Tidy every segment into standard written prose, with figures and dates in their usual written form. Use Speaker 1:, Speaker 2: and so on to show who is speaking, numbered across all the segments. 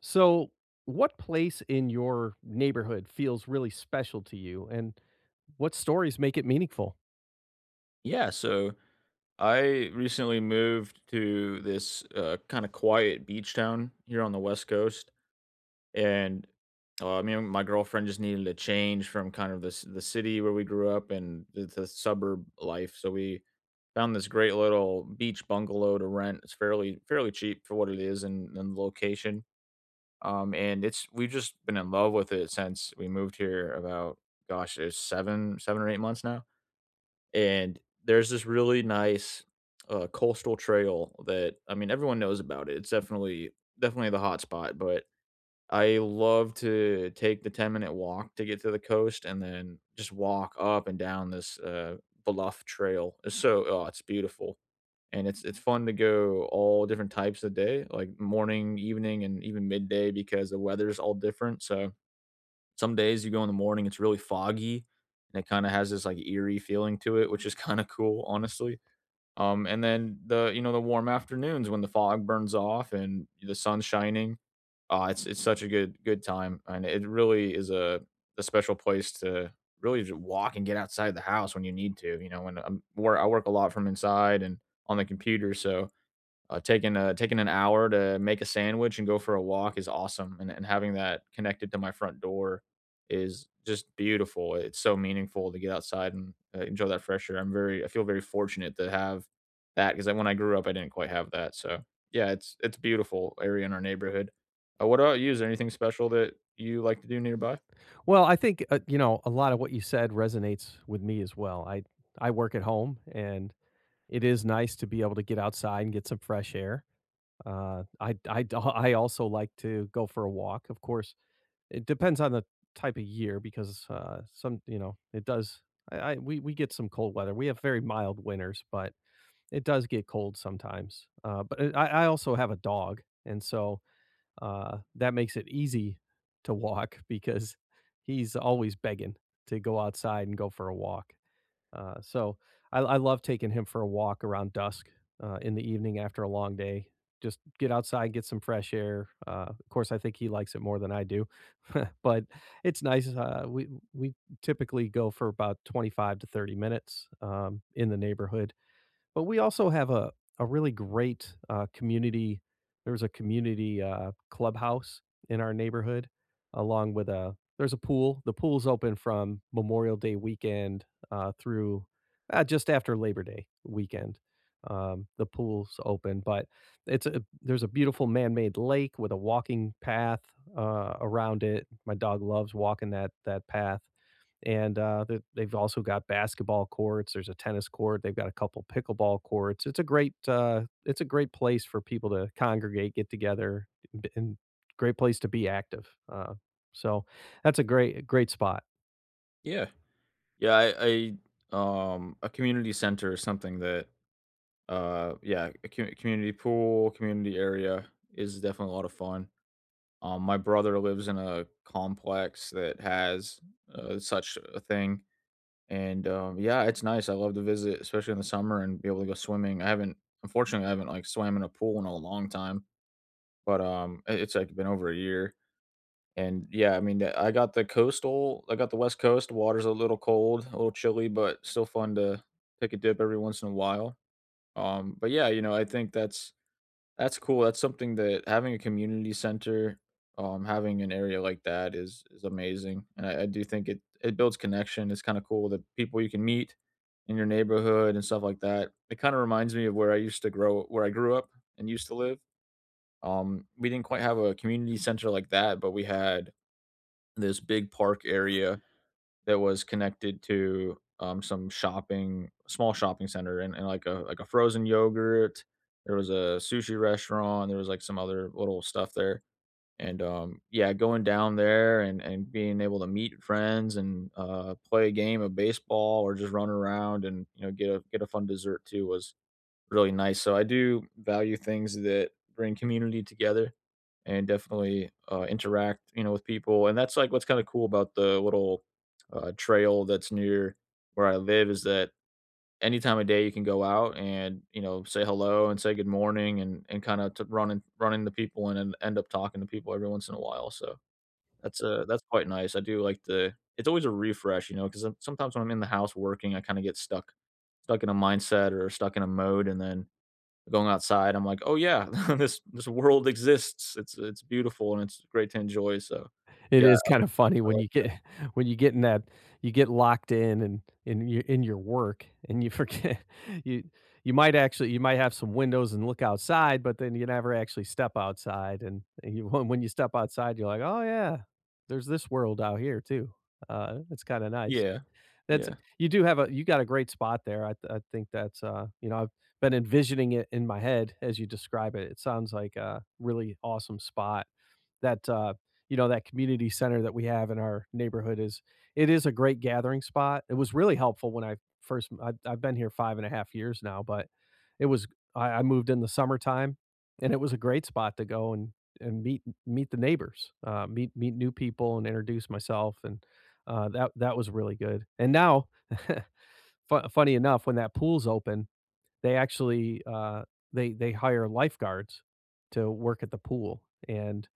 Speaker 1: So, what place in your neighborhood feels really special to you, and what stories make it meaningful?
Speaker 2: Yeah, so I recently moved to this kind of quiet beach town here on the West Coast, and me and my girlfriend just needed a change from the city where we grew up and the suburb life. So we found this great little beach bungalow to rent. It's fairly cheap for what it is and, the location. And it's We've just been in love with it since we moved here about gosh, it's seven or eight months now, and there's this really nice, coastal trail that everyone knows about it. It's definitely the hot spot, but I love to take the 10-minute walk to get to the coast and then just walk up and down this, bluff trail. It's so oh, it's beautiful, and it's fun to go all different types of day, like morning, evening, and even midday because the weather's all different, so some days you go in the morning, it's really foggy, and it kinda has this, like, eerie feeling to it, which is kinda cool, honestly. And then the warm afternoons when the fog burns off and the sun's shining, it's such a good time, and it really is a special place to really just walk and get outside the house when you need to, you know, and, where I work a lot from inside and on the computer, so taking an hour to make a sandwich and go for a walk is awesome, and having that connected to my front door is just beautiful. It's so meaningful to get outside and enjoy that fresh air. I feel very fortunate to have that because when I grew up, I didn't quite have that. So yeah, it's a beautiful area in our neighborhood. What about you? Is there anything special that you like to do nearby?
Speaker 1: Well, I think you know a lot of what you said resonates with me as well. I work at home, and it is nice to be able to get outside and get some fresh air. I also like to go for a walk. Of course, it depends on the type of year because some it does. I we get some cold weather. We have very mild winters, but it does get cold sometimes, but it I also have a dog, and so, that makes it easy to walk because he's always begging to go outside and go for a walk, so I love taking him for a walk around dusk, in the evening after a long day. Just get outside, get some fresh air, of course, I think he likes it more than I do, but it's nice, uh, we typically go for about 25 to 30 minutes, in the neighborhood. But we also have a really great, community there's a community, clubhouse in our neighborhood along with a there's a pool. The pool's open from Memorial Day weekend, through, just after Labor Day weekend. The pool's open, but it's a there's a beautiful man-made lake with a walking path, around it. My dog loves walking that path. And, th they've also got basketball courts, there's a tennis court, they've got a couple pickleball courts. It's a it's a great place for people to congregate, get together, and b and great place to be active. So that's a great spot.
Speaker 2: Yeah. I a community center is something that yeah, a community pool, community area is definitely a lot of fun. My brother lives in a complex that has, such a thing, and, yeah, it's nice. I love to visit, especially in the summer, and be able to go swimming. I haven't Unfortunately, I haven't, like, swam in a pool in a long time, but, I it's, like, been over a year, and, yeah, I mean, I got the West Coast. Water's a little cold, a little chilly, but still fun to take a dip every once in a while. But, yeah, you know, I think that's cool. That's something that having a community center, having an area like that is amazing, and I do think it builds connection. It's kind of cool the people you can meet in your neighborhood and stuff like that. It kind of reminds me of where I grew up and used to live. We didn't quite have a community center like that, but we had this big park area that was connected to, some shopping small shopping center and like a frozen yogurt, there was a sushi restaurant, there was, like, some other little stuff there, and, yeah, going down there and being able to meet friends and, play a game of baseball or just run around and, you know, get a fun dessert too was really nice, so I do value things that bring community together and definitely interact, you know, with people. And that's like what's kind of cool about the little trail that's near where I live is that any time of day you can go out and you know say hello and say good morning and run and run into people and, end up talking to people every once in a while. So that's quite nice. I do like the it's always a refresh, you know, because sometimes when I'm in the house working, I kind of get stuck stuck in a mindset or stuck in a mode, and then going outside, I'm like, "Oh yeah, this world exists. It's beautiful and it's great to enjoy." So,
Speaker 1: It
Speaker 2: yeah,
Speaker 1: is kind of funny
Speaker 2: I
Speaker 1: when
Speaker 2: like
Speaker 1: you get when you get in that you get locked in and in your work and you forget you you might actually you might have some windows and look outside, but then you never actually step outside and you when you step outside, you're like, "Oh yeah, there's this world out here too." It's kinda nice.
Speaker 2: yeah.
Speaker 1: That's
Speaker 2: Yeah.
Speaker 1: You do have a you got a great spot there. I think that's, you know, I've been envisioning it in my head as you describe it. It sounds like a really awesome spot that, you know, that community center that we have in our neighborhood is it is a great gathering spot. It was really helpful when I've been here 5 and a half years now, but it was I moved in the summertime, and it was a great spot to go and meet the neighbors, meet new people and introduce myself, and, uh, that was really good. And now, fu funny enough, when that pool's open, they actually, they hire lifeguards to work at the pool, and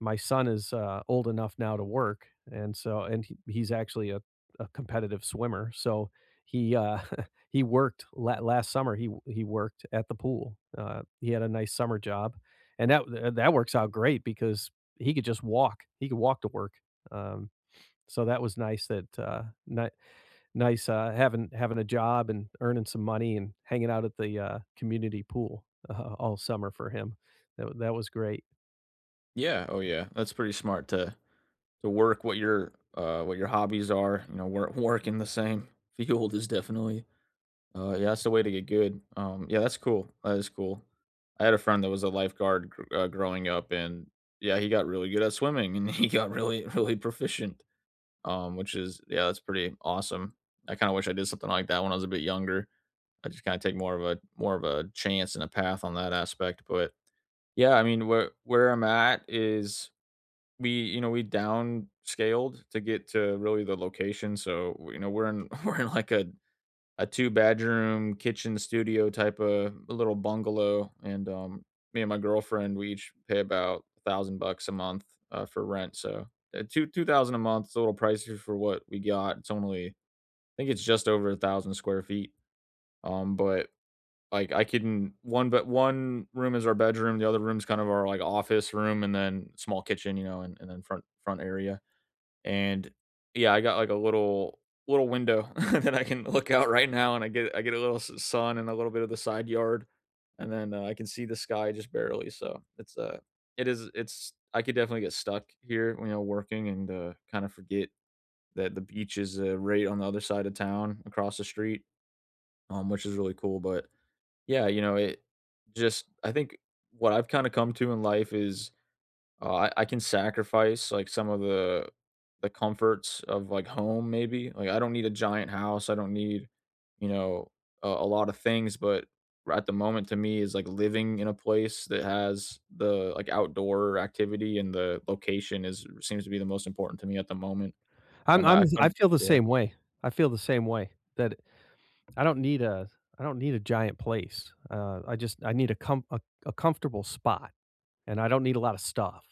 Speaker 1: my son is, old enough now to work, and he's actually a competitive swimmer, so he, he worked la last summer, he worked at the pool. He had a nice summer job, and that works out great because he could just walk. He could walk to work, um, so that was nice that, ni nice, having a job and earning some money and hanging out at the, community pool, all summer for him. That was great.
Speaker 2: Yeah, oh yeah, that's pretty smart to what your hobbies are, you know, work in the same field is definitely, yeah, that's the way to get good. Yeah, that's cool. That is cool. I had a friend that was a lifeguard gr growing up, and yeah, he got really good at swimming, and he got really, really proficient. Which is yeah, that's pretty awesome. I kind of wish I did something like that when I was a bit younger. I just kind of take more of a chance and a path on that aspect. But yeah, I mean, where I'm at is we you know we downscaled to get to really the location. So you know we're in we're in like a two-bedroom kitchen studio type of little bungalow, and me and my girlfriend we each pay about $1,000 a month for rent. So two thousand a month is a little pricey for what we got. It's only I think it's just over a thousand square feet. But like I can one but one room is our bedroom, the other room's kind of our like office room, and then small kitchen, you know, and, then front area and yeah, I got like a little window that I can look out right now, and I get a little sun and a little bit of the side yard, and then I can see the sky just barely. So it's it is it's I could definitely get stuck here, you know, working and kind of forget that the beach is right on the other side of town, across the street, which is really cool. But yeah, you know, it just I think what I've kind of come to in life is I can sacrifice, like, some of the comforts of, like, home maybe, like, I don't need a giant house, I don't need, you know, a lot of things, but r at the moment to me is, like, living in a place that has the, like, outdoor activity and the location is seems to be the most important to me at the moment. I
Speaker 1: I
Speaker 2: couldn't
Speaker 1: feel the
Speaker 2: Yeah.
Speaker 1: same way. I feel the same way that I don't need a I don't need a giant place. I just I need a comfortable spot, and I don't need a lot of stuff.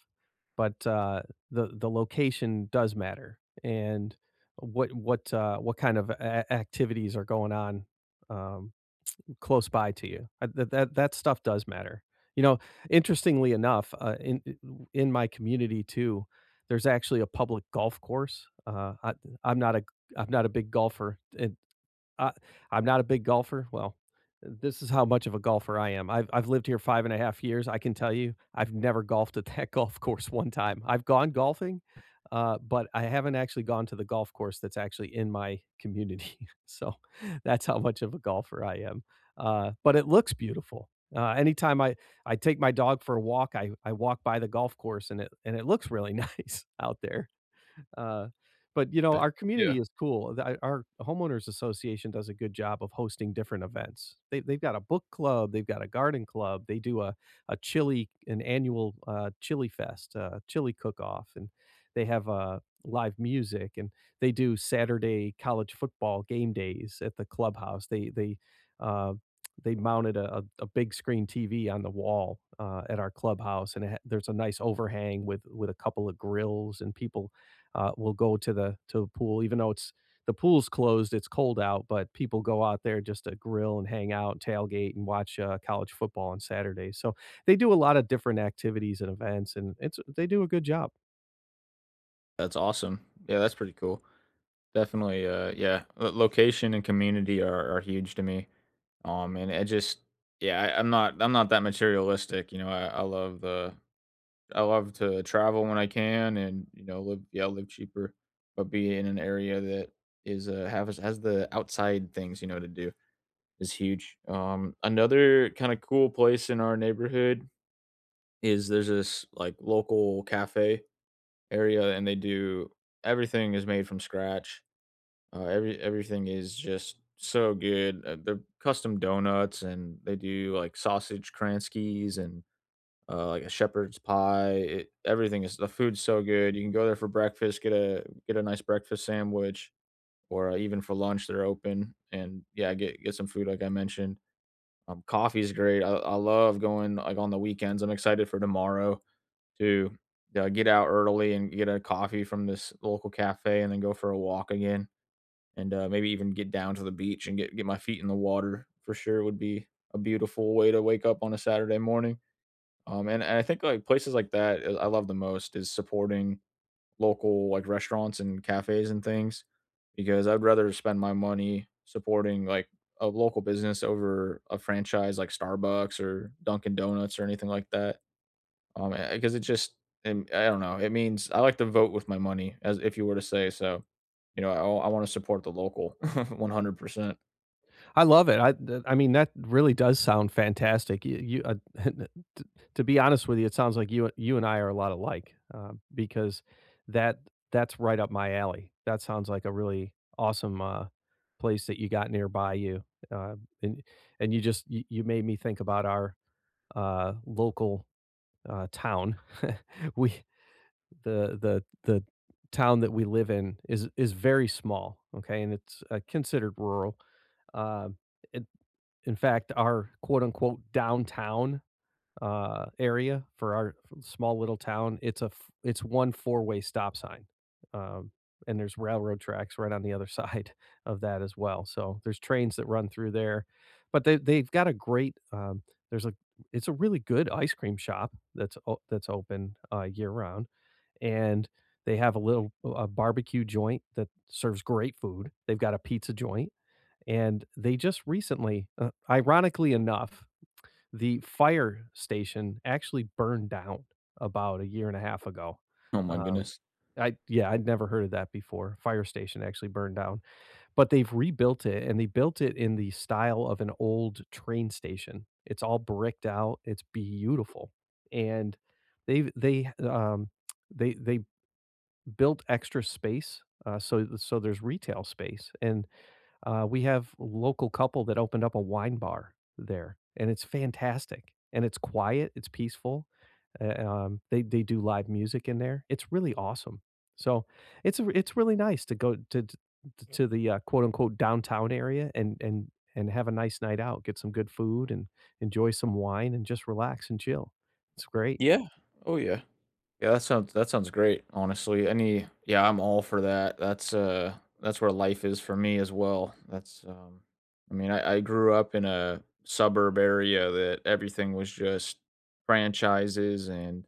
Speaker 1: But, the location does matter, and what kind of a activities are going on, um close by to you. That that stuff does matter. You know, interestingly enough, in my community too, there's actually a public golf course. I'm not a I'm not a big golfer, and uh, I'm not a big golfer. Well, this is how much of a golfer I am. I've lived here 5 and a half years. I can tell you, I've never golfed at that golf course one time. I've gone golfing, but I haven't actually gone to the golf course that's actually in my community. So that's how much of a golfer I am. But it looks beautiful. Anytime I take my dog for a walk, I walk by the golf course and it looks really nice out there. Uh, but you know, our
Speaker 2: Yeah.
Speaker 1: community is cool. Our homeowners association does a good job of hosting different events. They've got a book club, they've got a garden club, they do an annual chili fest, chili cook off, and they have live music, and they do Saturday college football game days at the clubhouse. Uh, they mounted a big screen TV on the wall at our clubhouse, and there's a nice overhang with a couple of grills and people will go to the pool, even though it's the pool's closed. It's cold out, but people go out there just to grill and hang out, tailgate, and watch college football on Saturdays. So they do a lot of different activities and events, and it's they do a good job.
Speaker 2: That's awesome. Yeah, that's pretty cool. Definitely, yeah, lo location and community are huge to me. And it just yeah, I'm not that materialistic. You know, I love the I love to travel when I can, and you know, live yeah, live cheaper, but be in an area that is has the outside things you know to do is huge. Another kind of cool place in our neighborhood is there's this like local cafe area, and they do everything is made from scratch everything is just so good. The custom donuts and they do like sausage Kranskis and like a shepherd's pie. Everything is the food's so good. You can go there for breakfast, get a nice breakfast sandwich, or even for lunch they're open. And yeah, get some food like I mentioned. Coffee's great. I love going like on the weekends. I'm excited for tomorrow to get out early and get a coffee from this local cafe, and then go for a walk again and maybe even get down to the beach and get my feet in the water for sure would be a beautiful way to wake up on a Saturday morning. And, I think like places like that I love the most is supporting local like restaurants and cafes and things because I'd rather spend my money supporting like a local business over a franchise like Starbucks or Dunkin' Donuts or anything like that. Because it just I don't know, it means I like to vote with my money as if you were to say so. You know, I wanna support the local 100%.
Speaker 1: I love it. I mean that really does sound fantastic. You t- to be honest with you, it sounds like you and I are a lot alike because that that's right up my alley. That sounds like a really awesome place that you got nearby you, uh, and and you just you made me think about our local town. we The town that we live in is very small. Okay, and it's considered rural. Uh, in fact, our quote unquote downtown, area for our small little town, it's a f it's one four-way stop sign, um, and there's railroad tracks right on the other side of that as well, so there's trains that run through there, but they've got a great, there's a it's a really good ice cream shop that's o that's open, year-round, and they have a barbecue joint that serves great food. They've got a pizza joint and they just recently, ironically enough, the fire station actually burned down about a year and a half ago.
Speaker 2: Oh my
Speaker 1: Uh,
Speaker 2: goodness.
Speaker 1: I yeah, I'd never heard of that before. Fire station actually burned down, but they've rebuilt it and they built it in the style of an old train station. It's all bricked out. It's beautiful. And they they um they built extra space so there's retail space and we have a local couple that opened up a wine bar there, and it's fantastic, and it's quiet, it's peaceful. They do live music in there. It's really awesome. So it's really nice to go to t to the, quote, unquote, "downtown area" and and have a nice night out, get some good food, and enjoy some wine, and just relax and chill. It's great.
Speaker 2: Yeah. Oh, yeah. That sounds great, honestly. Any Yeah, I'm all for that. That's where life is for me as well. I mean, I grew up in a suburb area that everything was just franchises and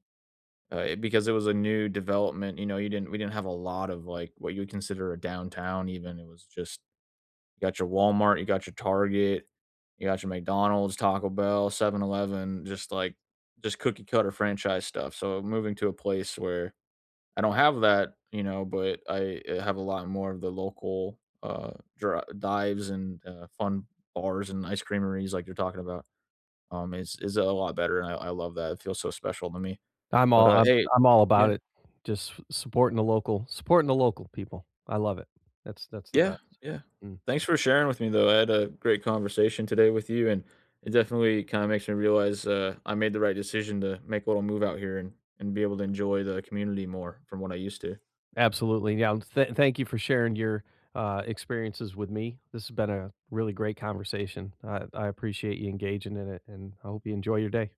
Speaker 2: Because it was a new development, you know, you didn't we didn't have a lot of, like, what you would consider a downtown even, it was just you got your Walmart, you got your Target, you got your McDonald's, Taco Bell, 7-Eleven, just, just cookie cutter franchise stuff, so moving to a place where I don't have that, you know, but I, have a lot more of the local, dri dives and, fun bars and ice creameries like you're talking about, is a lot better, and I love that, it feels so special to me,
Speaker 1: I'm
Speaker 2: but,
Speaker 1: all I'm
Speaker 2: hey
Speaker 1: I'm all
Speaker 2: Yeah.
Speaker 1: about it. Just supporting the local people. I love it. That's the
Speaker 2: Yeah,
Speaker 1: best.
Speaker 2: yeah.
Speaker 1: Mm.
Speaker 2: Thanks for sharing with me, though. I had a great conversation today with you, and it definitely kind of makes me realize I made the right decision to make a little move out here and, be able to enjoy the community more from what I used to.
Speaker 1: Absolutely. Yeah. Thank you for sharing your experiences with me. This has been a really great conversation. I appreciate you engaging in it, and I hope you enjoy your day.